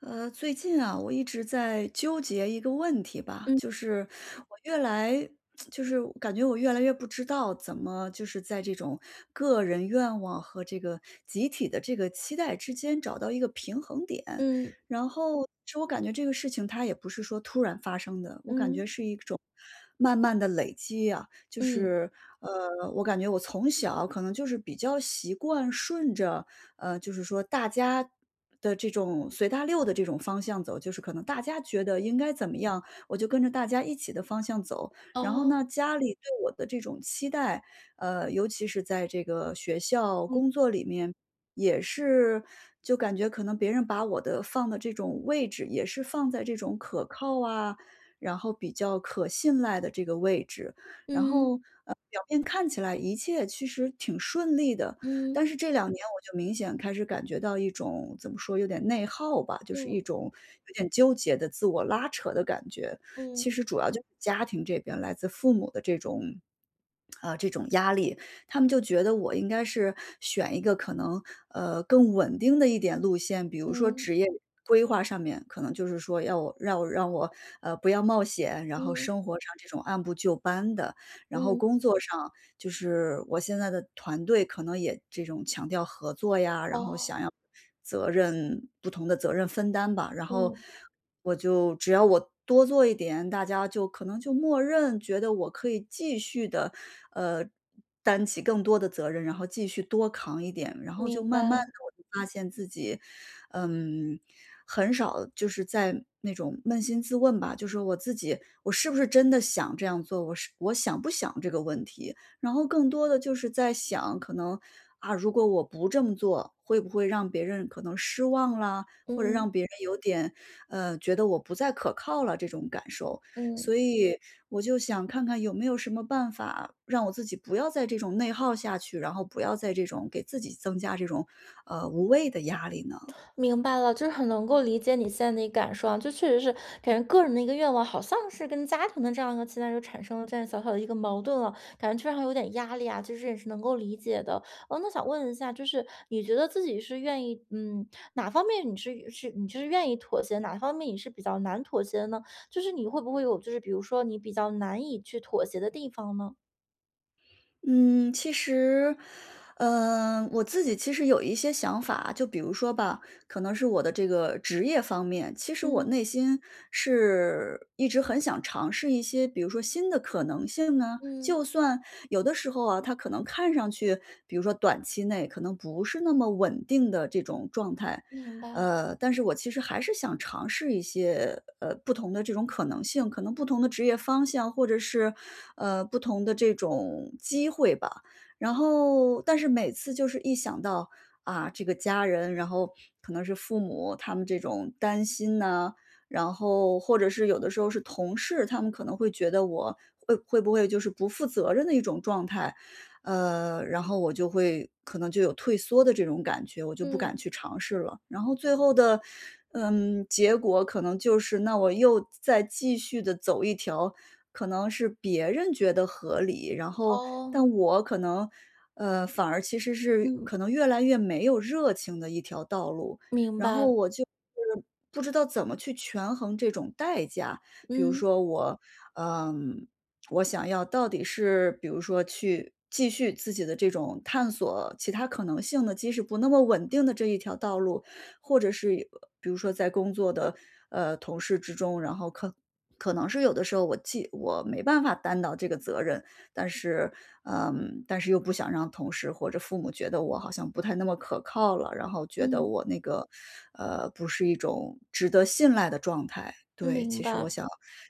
最近啊，我一直在纠结一个问题吧，嗯就是我越来，就是我感觉我越来越不知道怎么，就是在这种个人愿望和这个集体的这个期待之间找到一个平衡点。嗯然后，其实我感觉这个事情它也不是说突然发生的，我感觉嗯是一种慢慢的累积啊，嗯，我感觉我从小可能就是比较习惯顺着。就是说大家的这种随大溜的这种方向走，就是可能大家觉得应该怎么样，我就跟着大家一起的方向走。然后呢，哦，家里对我的这种期待，尤其是在这个学校、工嗯作里面，也是就感觉可能别人把我的放的这种位置，也是放在这种可靠啊，然后比较可信赖的这个位置。然嗯后，表面看起来一切其实挺顺利的，嗯但是这两年我就明显开始感觉到一种怎么说，有点内耗吧，就是一嗯种有点纠结的自我拉扯的感觉。其嗯实主要就是家庭这边，来自父母的这种力他们就觉得我应该是选一个可能，更稳定的一点路线，比如说嗯职业规划上面，可能就是说要我让我，不要冒险，然后嗯生活上这种按部就班的，然后嗯，工作上就是我现在的团队可能也这种强调合作呀，然后哦，想要责任不同的责任分担吧，然后嗯，我就只要我多做一点，大家就可能就默认觉得我可以继续的，呃，担起更多的责任，然后继续多扛一点。然后就明慢慢白，的我就发现自己，嗯，很少就是在那种扪心自问吧，就说我自己，我是不是真的想这样做，我想不想这个问题。然后更多的就是在想，可能，啊，如果我不这么做，会不会让别人可能失望啦，或者让嗯别人有点，觉得我不再可靠了这种感受。嗯。所以我就想看看有没有什么办法，让我自己不要在这种内耗下去，然后不要在这种给自己增加这种，无谓的压力呢？明白了，就是很能够理解你现在的一个感受啊，就确实是感觉个人的一个愿望，好像是跟家庭的这样一个期待就产生了这样小小的一个矛盾了，感觉非常有点压力啊，其实也是能够理解的。哦，那想问一下，就是你觉得自己是愿意，嗯，哪方面你是你就是愿意妥协，哪方面你是比较难妥协的呢？就是你会不会有，就是比如说你比较难以去妥协的地方呢？嗯，其实，嗯，我自己其实有一些想法，就比如说吧，可能是我的这个职业方面，其实我嗯内心是一直很想尝试一些，比如说新的可能性呢。嗯，就算有的时候啊，它可能看上去，比如说短期内可能不是那么稳定的这种状态，明白，但是我其实还是想尝试一些，不同的这种可能性，可能不同的职业方向，或者是，不同的这种机会吧。然后，但是每次就是一想到，啊，这个家人，然后可能是父母他们这种担心呐，然后或者是有的时候是同事，他们可能会觉得我会不会就是不负责任的一种状态，然后我就会可能就有退缩的这种感觉，我就不嗯，敢去尝试了。然后最后的，嗯，结果可能就是那我又再继续的走一条可能是别人觉得合理，然后哦，但我可能，反而其实是嗯，可能越来越没有热情的一条道路。明然后白，我就是不知道怎么去权衡这种代价，比如嗯说我，嗯，我想要到底是比如说去继续自己的这种探索其他可能性的，即使不那么稳定的这一条道路，或者是比如说在工作的同事之中，然后可能是有的时候我没办法担到这个责任，但是嗯，但是又不想让同事或者父母觉得我好像不太那么可靠了，然后觉得嗯。我那个不是一种值得信赖的状态。嗯对，明其实我白，想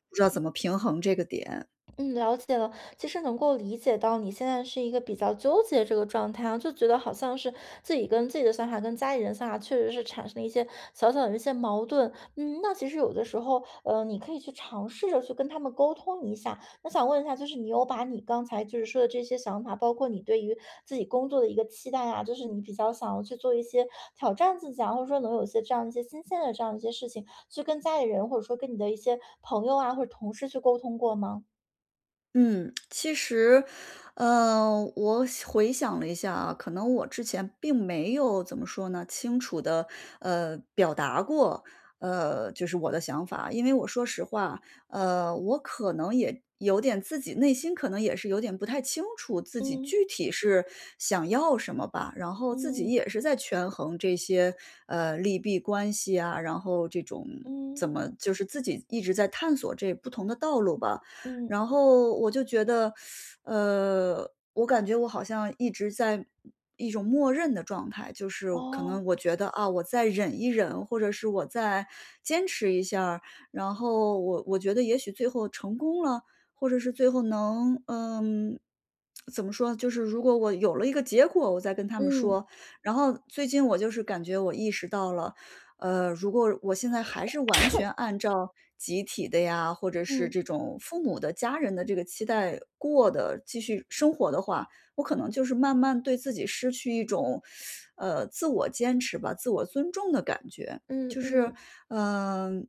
不知道怎么平衡这个点。嗯，了解了。其实能够理解到你现在是一个比较纠结这个状态啊，就觉得好像是自己跟自己的想法跟家里人想法确实是产生了一些小小的一些矛盾。嗯，那其实有的时候，你可以去尝试着去跟他们沟通一下。那想问一下，就是你有把你刚才就是说的这些想法，包括你对于自己工作的一个期待啊，就是你比较想要去做一些挑战自己啊，或者说能有一些这样一些新鲜的这样一些事情，去跟家里人或者说跟你的一些朋友啊或者同事去沟通过吗？嗯，其实，回想了一下啊，可能我之前并没有怎么说呢，清楚的表达过，就是我的想法。因为我说实话，我可能也有点自己内心可能也是有点不太清楚自己嗯，具体是想要什么吧，然后自己嗯，也是在权衡这些，利弊关系啊，然后这种嗯，怎么就是自己一直在探索这不同的道路吧。嗯，然后我就觉得，我感觉我好像一直在一种默认的状态，就是可哦，能我觉得啊，我再忍一忍，或者是我再坚持一下儿然后我觉得也许最后成功了，或者是最后能，嗯，怎么说，就是如果我有了一个结果，我再跟他们嗯，说。然后最近我就是感觉我意识到了，如果我现在还是完全按照集体的呀，或者是嗯，这种父母的、家人的这个期待过的继续生活的话，我可能就是慢慢对自己失去一种，自我坚持吧、自我尊重的感觉。嗯，就是，嗯，嗯、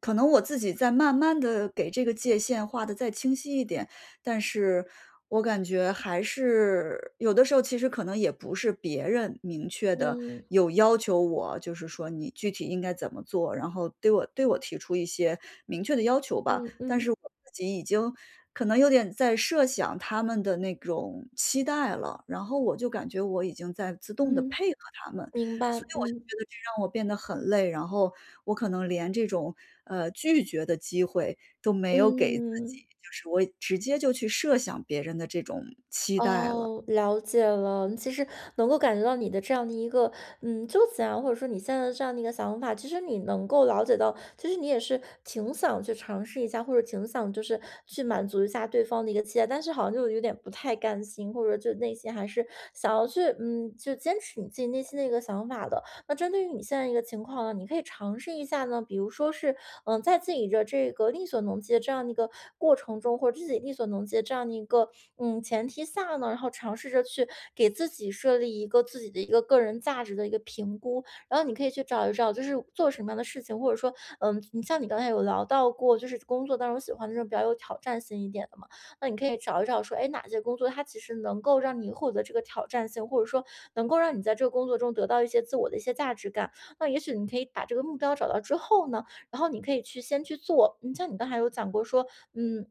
可能我自己在慢慢的给这个界限画的再清晰一点，但是我感觉还是有的时候其实可能也不是别人明确的嗯，有要求我，就是说你具体应该怎么做，然后对我提出一些明确的要求吧。嗯，但嗯，是我自己已经可能有点在设想他们的那种期待了，然后我就感觉我已经在自动的嗯，配合他们。明白，所以我就嗯，觉得这让我变得很累，然后我可能连这种，拒绝的机会都没嗯。有给自己，嗯。嗯就是我直接就去设想别人的这种期待了。哦，了解了。其实能够感觉到你的这样的一个，嗯，纠结啊，或者说你现在的这样的一个想法，其实你能够了解到，其实你也是挺想去尝试一下，或者挺想就是去满足一下对方的一个期待，但是好像就有点不太甘心，或者就内心还是想要去，嗯，就坚持你自己内心的一个想法的。那针对于你现在一个情况呢，你可以尝试一下呢，比如说是，嗯，在自己的这个力所能及的这样的一个过程中，或者自己力所能及的这样的一个嗯前提下呢，然后尝试着去给自己设立一个自己的一个个人价值的一个评估，然后你可以去找一找，就是做什么样的事情，或者说，嗯，你像你刚才有聊到过，就是工作当中喜欢那种比较有挑战性一点的嘛。那你可以找一找说，哎，哪些工作它其实能够让你获得这个挑战性，或者说能够让你在这个工作中得到一些自我的一些价值感。那也许你可以把这个目标找到之后呢，然后你可以去先去做。你像你刚才有讲过说，嗯。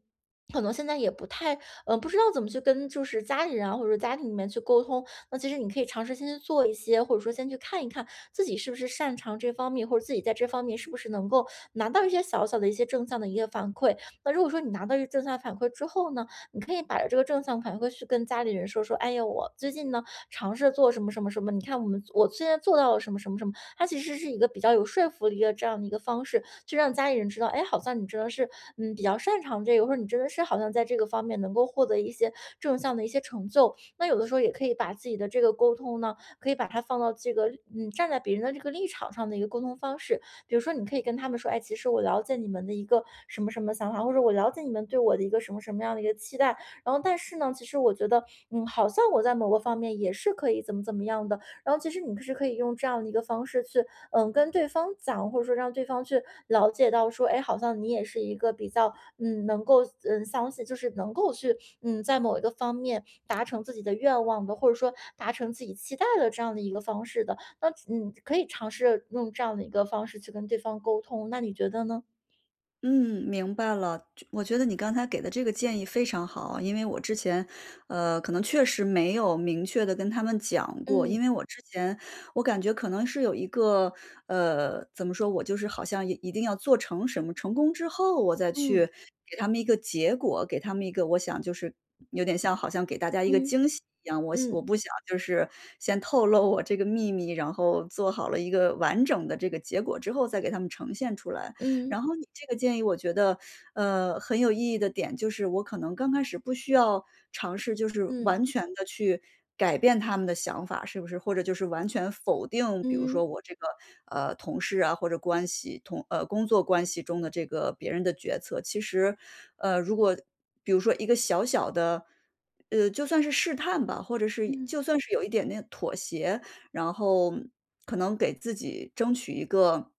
可能现在也不太，嗯，不知道怎么去跟就是家里人啊，或者说家庭里面去沟通。那其实你可以尝试先去做一些，或者说先去看一看自己是不是擅长这方面，或者自己在这方面是不是能够拿到一些小小的一些正向的一个反馈。那如果说你拿到一个正向反馈之后呢，你可以把这个正向反馈去跟家里人说说，哎呀，我最近呢尝试做什么什么什么，你看我们我现在做到了什么什么什么，它其实是一个比较有说服力的这样的一个方式，去让家里人知道，哎，好像你真的是嗯比较擅长这个，或者你真的是好像在这个方面能够获得一些正向的一些成就。那有的时候也可以把自己的这个沟通呢，可以把它放到这个嗯站在别人的这个立场上的一个沟通方式，比如说你可以跟他们说，哎，其实我了解你们的一个什么什么想法，或者我了解你们对我的一个什么什么样的一个期待，然后但是呢，其实我觉得，嗯，好像我在某个方面也是可以怎么怎么样的，然后其实你是可以用这样的一个方式去，嗯，跟对方讲，或者说让对方去了解到说，哎，好像你也是一个比较，嗯，能够，嗯，相信就是能够去，嗯，在某一个方面达成自己的愿望的，或者说达成自己期待的这样的一个方式的。那嗯，可以尝试用这样的一个方式去跟对方沟通，那你觉得呢？嗯，明白了。就我觉得你刚才给的这个建议非常好，因为我之前，可能确实没有明确的跟他们讲过。因嗯，为我之前我感觉可能是有一个，怎么说，我就是好像一定要做成什么，成功之后我再嗯，去给他们一个结果，给他们一个我想就是有点像好像给大家一个嗯，惊喜一样，我嗯，不想就是先透露我这个秘密，然后做好了一个完整的这个结果之后再给他们呈现出来。嗯，然后你这个建议我觉得，很有意义的点就是我可能刚开始不需要尝试，就是嗯，完全的去改变他们的想法，是不是？或者就是完全否定，比如嗯，说我这个，同事啊，或者关系同呃，工作关系中的这个别人的决策。其实，如果比如说一个小小的，就算是试探吧，或者是嗯，就算是有一点点妥协，然后可能给自己争取一个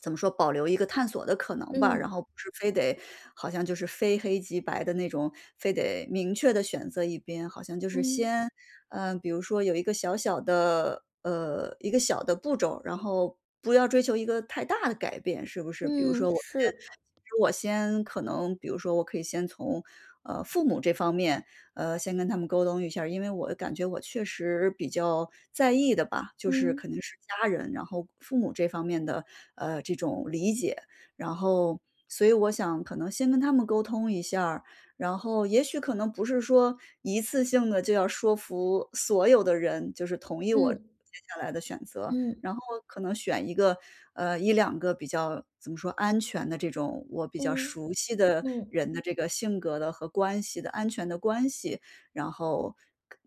怎么说，保留一个探索的可能吧。然嗯，后不是非得好像就是非黑即白的那种，非得明确的选择一边，好像就是嗯，先嗯，比如说有一个小小的一个小的步骤，然后不要追求一个太大的改变，是不是？比如嗯，说我先是，其实我先可能比如说我可以先从，父母这方面，先跟他们沟通一下儿因为我感觉我确实比较在意的吧，就是肯嗯，定是家人，然后父母这方面的，这种理解。然后所以我想可能先跟他们沟通一下儿然后也许可能不是说一次性的就要说服所有的人，就是同意我接嗯，下来的选择，嗯，然后可能选一个，一两个比较怎么说，安全的这种我比较嗯，熟悉的嗯，人的这个性格的和关系的安全的关系，然后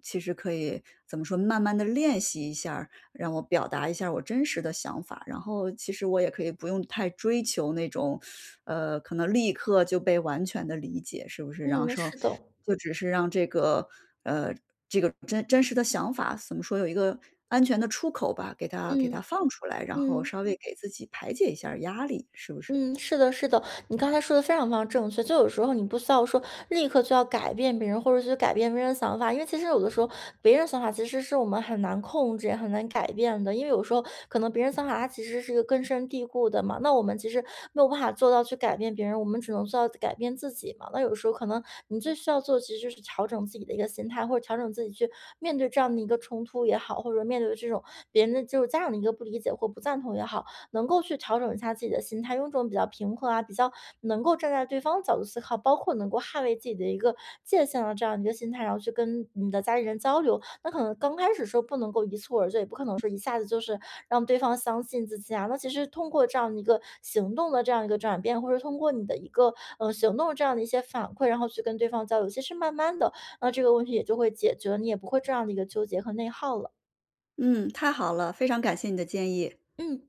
其实可以怎么说，慢慢的练习一下儿，让我表达一下我真实的想法，然后其实我也可以不用太追求那种，可能立刻就被完全的理解，是不是？然后嗯，说是的，就只是让这个，呃，这个真实的想法，怎么说有一个安全的出口吧，给它嗯，放出来，然后嗯。稍微给自己排解一下压力，是不是？嗯，是的，是的，你刚才说的非常非常正确。就有时候你不需要说立刻就要改变别人，或者去改变别人的想法，因为其实有的时候别人想法其实是我们很难控制、也很难改变的。因为有时候可能别人想法他其实是一个根深蒂固的嘛，那我们其实没有办法做到去改变别人，我们只能做到改变自己嘛。那有时候可能你最需要做的其实就是调整自己的一个心态，或者调整自己去面对这样的一个冲突也好，或者面对这种别人的就是家长的一个不理解或不赞同也好。能够去调整一下自己的心态，用这种比较平和啊，比较能够站在对方角度思考，包括能够捍卫自己的一个界限的这样一个心态，然后去跟你的家里人交流。那可能刚开始说不能够一蹴而就，也不可能说一下子就是让对方相信自己啊。那其实通过这样的一个行动的这样一个转变，或者通过你的一个嗯、行动这样的一些反馈，然后去跟对方交流，其实慢慢的，那这个问题也就会解决了，你也不会这样的一个纠结和内耗了。嗯，太好了，非常感谢你的建议。嗯。